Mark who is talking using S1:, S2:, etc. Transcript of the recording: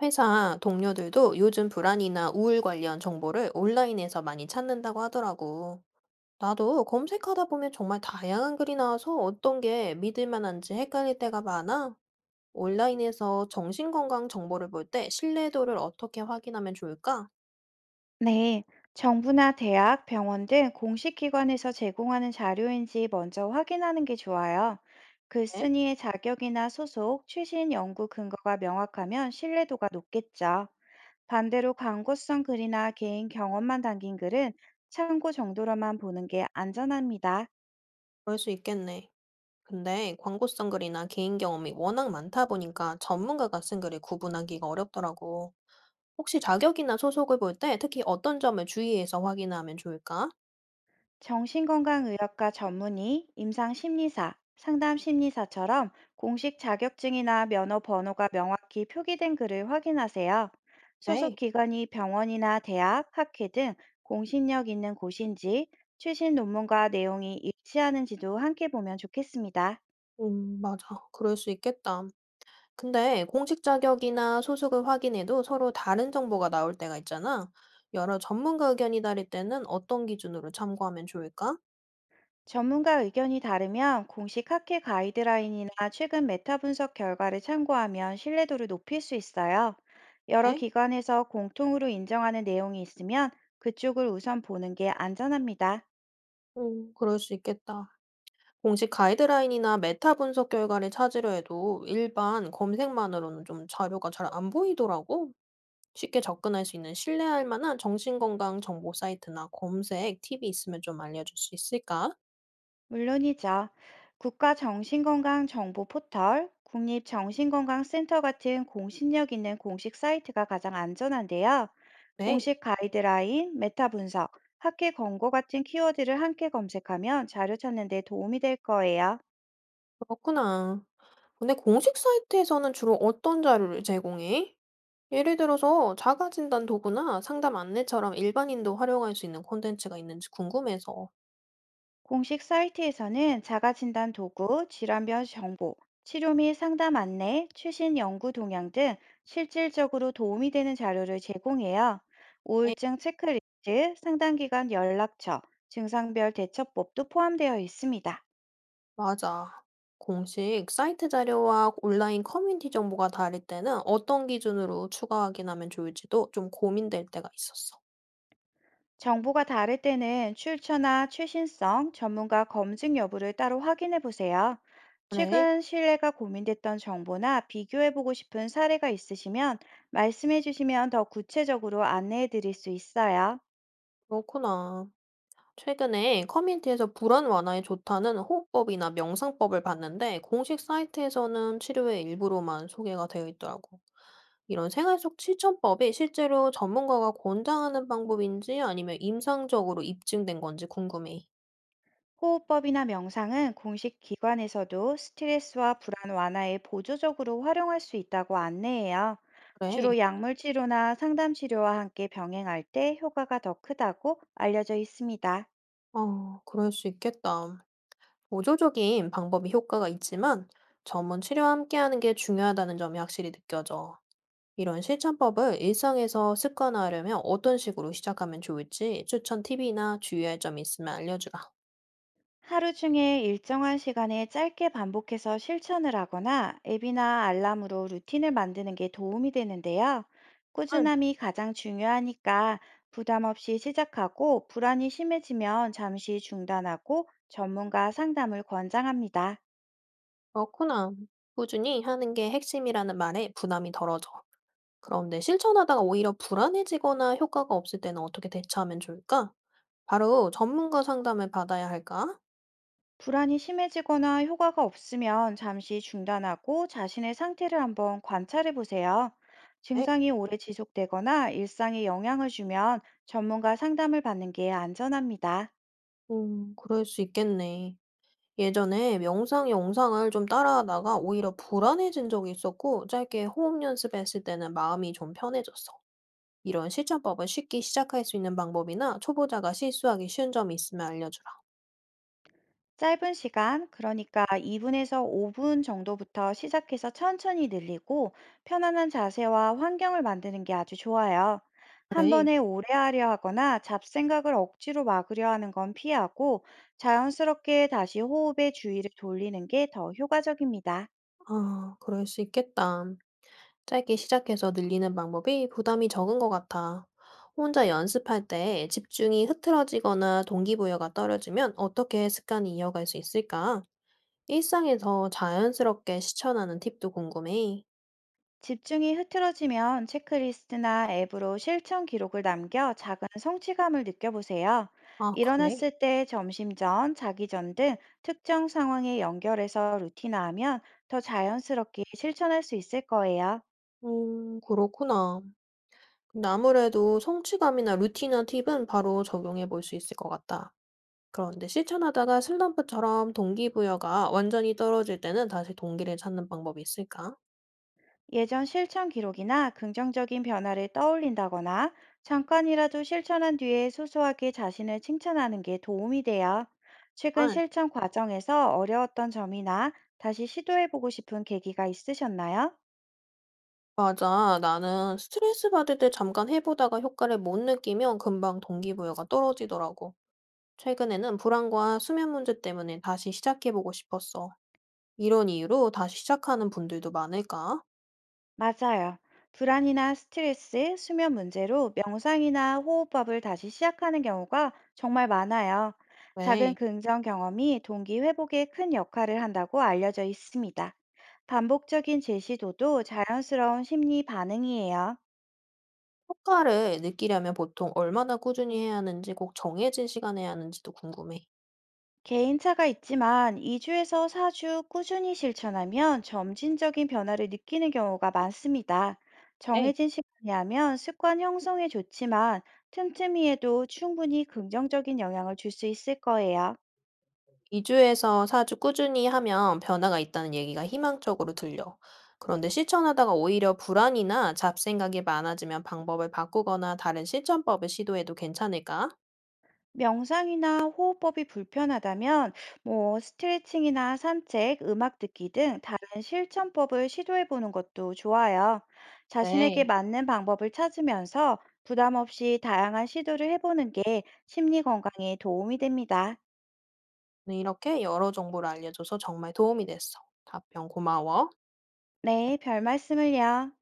S1: 회사 동료들도 요즘 불안이나 우울 관련 정보를 온라인에서 많이 찾는다고 하더라고. 나도 검색하다 보면 정말 다양한 글이 나와서 어떤 게 믿을 만한지 헷갈릴 때가 많아. 온라인에서 정신건강 정보를 볼 때 신뢰도를 어떻게 확인하면 좋을까?
S2: 네, 정부나 대학, 병원 등 공식 기관에서 제공하는 자료인지 먼저 확인하는 게 좋아요.
S1: 네?
S2: 글쓴이의 자격이나 소속, 최신 연구 근거가 명확하면 신뢰도가 높겠죠. 반대로 광고성 글이나 개인 경험만 담긴 글은 참고 정도로만 보는 게 안전합니다.
S1: 그럴 수 있겠네. 근데 광고성 글이나 개인 경험이 워낙 많다 보니까 전문가가 쓴 글을 구분하기가 어렵더라고. 혹시 자격이나 소속을 볼 때 특히 어떤 점을 주의해서 확인하면 좋을까?
S2: 정신건강의학과 전문의, 임상심리사, 상담심리사처럼 공식 자격증이나 면허 번호가 명확히 표기된 글을 확인하세요. 소속
S1: 네.
S2: 기관이 병원이나 대학, 학회 등 공신력 있는 곳인지 최신 논문과 내용이 일치하는지도 함께 보면 좋겠습니다.
S1: 맞아. 그럴 수 있겠다. 근데 공식 자격이나 소속을 확인해도 서로 다른 정보가 나올 때가 있잖아. 여러 전문가 의견이 다를 때는 어떤 기준으로 참고하면 좋을까?
S2: 전문가 의견이 다르면 공식 학회 가이드라인이나 최근 메타 분석 결과를 참고하면 신뢰도를 높일 수 있어요. 여러
S1: 네?
S2: 기관에서 공통으로 인정하는 내용이 있으면 그쪽을 우선 보는 게 안전합니다.
S1: 그럴 수 있겠다. 공식 가이드라인이나 메타 분석 결과를 찾으려 해도 일반 검색만으로는 좀 자료가 잘 안 보이더라고. 쉽게 접근할 수 있는 신뢰할 만한 정신건강 정보 사이트나 검색 팁이 있으면 좀 알려줄 수 있을까?
S2: 물론이죠. 국가정신건강정보 포털, 국립정신건강센터 같은 공신력 있는 공식 사이트가 가장 안전한데요.
S1: 네,
S2: 공식 가이드라인, 메타 분석, 학회 권고 같은 키워드를 함께 검색하면 자료 찾는 데 도움이 될 거예요.
S1: 그렇구나. 근데 공식 사이트에서는 주로 어떤 자료를 제공해? 예를 들어서 자가진단 도구나 상담 안내처럼 일반인도 활용할 수 있는 콘텐츠가 있는지 궁금해서.
S2: 공식 사이트에서는 자가진단 도구, 질환별 정보, 치료 및 상담 안내, 최신 연구 동향 등 실질적으로 도움이 되는 자료를 제공해요.
S1: 네.
S2: 우울증 체크리스트, 상담기관 연락처, 증상별 대처법도 포함되어 있습니다.
S1: 맞아. 공식 사이트 자료와 온라인 커뮤니티 정보가 다를 때는 어떤 기준으로 추가 확인하면 좋을지도 좀 고민될 때가 있었어.
S2: 정보가 다를 때는 출처나 최신성, 전문가 검증 여부를 따로 확인해 보세요.
S1: 그래,
S2: 최근 신뢰가 고민됐던 정보나 비교해 보고 싶은 사례가 있으시면 말씀해 주시면 더 구체적으로 안내해 드릴 수 있어요.
S1: 그렇구나. 최근에 커뮤니티에서 불안 완화에 좋다는 호흡법이나 명상법을 봤는데 공식 사이트에서는 치료의 일부로만 소개가 되어 있더라고. 이런 생활 속 실천법이 실제로 전문가가 권장하는 방법인지 아니면 임상적으로 입증된 건지 궁금해.
S2: 호흡법이나 명상은 공식 기관에서도 스트레스와 불안 완화에 보조적으로 활용할 수 있다고 안내해요.
S1: 그래.
S2: 주로 약물 치료나 상담 치료와 함께 병행할 때 효과가 더 크다고 알려져 있습니다.
S1: 어, 그럴 수 있겠다. 보조적인 방법이 효과가 있지만 전문 치료와 함께하는 게 중요하다는 점이 확실히 느껴져. 이런 실천법을 일상에서 습관화하려면 어떤 식으로 시작하면 좋을지 추천 팁이나 주의할 점이 있으면 알려주라.
S2: 하루 중에 일정한 시간에 짧게 반복해서 실천을 하거나 앱이나 알람으로 루틴을 만드는 게 도움이 되는데요.
S1: 응,
S2: 꾸준함이 가장 중요하니까 부담 없이 시작하고 불안이 심해지면 잠시 중단하고 전문가 상담을 권장합니다.
S1: 그렇구나. 꾸준히 하는 게 핵심이라는 말에 부담이 덜어져. 그런데 실천하다가 오히려 불안해지거나 효과가 없을 때는 어떻게 대처하면 좋을까? 바로 전문가 상담을 받아야 할까?
S2: 불안이 심해지거나 효과가 없으면 잠시 중단하고 자신의 상태를 한번 관찰해 보세요.
S1: 네.
S2: 증상이 오래 지속되거나 일상에 영향을 주면 전문가 상담을 받는 게 안전합니다.
S1: 그럴 수 있겠네. 예전에 명상 영상을 좀 따라하다가 오히려 불안해진 적이 있었고, 짧게 호흡 연습했을 때는 마음이 좀 편해졌어. 이런 실천법을 쉽게 시작할 수 있는 방법이나 초보자가 실수하기 쉬운 점이 있으면 알려주라.
S2: 짧은 시간, 그러니까 2분에서 5분 정도부터 시작해서 천천히 늘리고 편안한 자세와 환경을 만드는 게 아주 좋아요. 한
S1: 그래.
S2: 번에 오래 하려 하거나 잡생각을 억지로 막으려 하는 건 피하고 자연스럽게 다시 호흡에 주의를 돌리는 게 더 효과적입니다.
S1: 아, 그럴 수 있겠다. 짧게 시작해서 늘리는 방법이 부담이 적은 것 같아. 혼자 연습할 때 집중이 흐트러지거나 동기부여가 떨어지면 어떻게 습관이 이어갈 수 있을까? 일상에서 자연스럽게 실천하는 팁도 궁금해.
S2: 집중이 흐트러지면 체크리스트나 앱으로 실천 기록을 남겨 작은 성취감을 느껴보세요.
S1: 아, 그래?
S2: 일어났을 때, 점심 전, 자기 전 등 특정 상황에 연결해서 루틴화하면 더 자연스럽게 실천할 수 있을 거예요.
S1: 그렇구나. 근데 아무래도 성취감이나 루틴이나 팁은 바로 적용해 볼 수 있을 것 같다. 그런데 실천하다가 슬럼프처럼 동기부여가 완전히 떨어질 때는 다시 동기를 찾는 방법이 있을까?
S2: 예전 실천 기록이나 긍정적인 변화를 떠올린다거나 잠깐이라도 실천한 뒤에 소소하게 자신을 칭찬하는 게 도움이 돼요. 최근 실천 과정에서 어려웠던 점이나 다시 시도해보고 싶은 계기가 있으셨나요?
S1: 맞아. 나는 스트레스 받을 때 잠깐 해보다가 효과를 못 느끼면 금방 동기부여가 떨어지더라고. 최근에는 불안과 수면 문제 때문에 다시 시작해보고 싶었어. 이런 이유로 다시 시작하는 분들도 많을까?
S2: 맞아요. 불안이나 스트레스, 수면 문제로 명상이나 호흡법을 다시 시작하는 경우가 정말 많아요. 작은
S1: 왜?
S2: 긍정 경험이 동기 회복에 큰 역할을 한다고 알려져 있습니다. 반복적인 제시도도 자연스러운 심리 반응이에요.
S1: 효과를 느끼려면 보통 얼마나 꾸준히 해야 하는지 꼭 정해진 시간에 해야 하는지도 궁금해.
S2: 개인차가 있지만 2주에서 4주 꾸준히 실천하면 점진적인 변화를 느끼는 경우가 많습니다.
S1: 네.
S2: 정해진 시간이 하면 습관 형성에 좋지만 틈틈이에도 충분히 긍정적인 영향을 줄 수 있을 거예요.
S1: 2주에서 4주 꾸준히 하면 변화가 있다는 얘기가 희망적으로 들려. 그런데 실천하다가 오히려 불안이나 잡생각이 많아지면 방법을 바꾸거나 다른 실천법을 시도해도 괜찮을까?
S2: 명상이나 호흡법이 불편하다면 스트레칭이나 산책, 음악 듣기 등 다른 실천법을 시도해 보는 것도 좋아요. 자신에게
S1: 네,
S2: 맞는 방법을 찾으면서 부담 없이 다양한 시도를 해보는 게 심리 건강에 도움이 됩니다.
S1: 오늘 이렇게 여러 정보를 알려줘서 정말 도움이 됐어. 답변 고마워.
S2: 네, 별 말씀을요.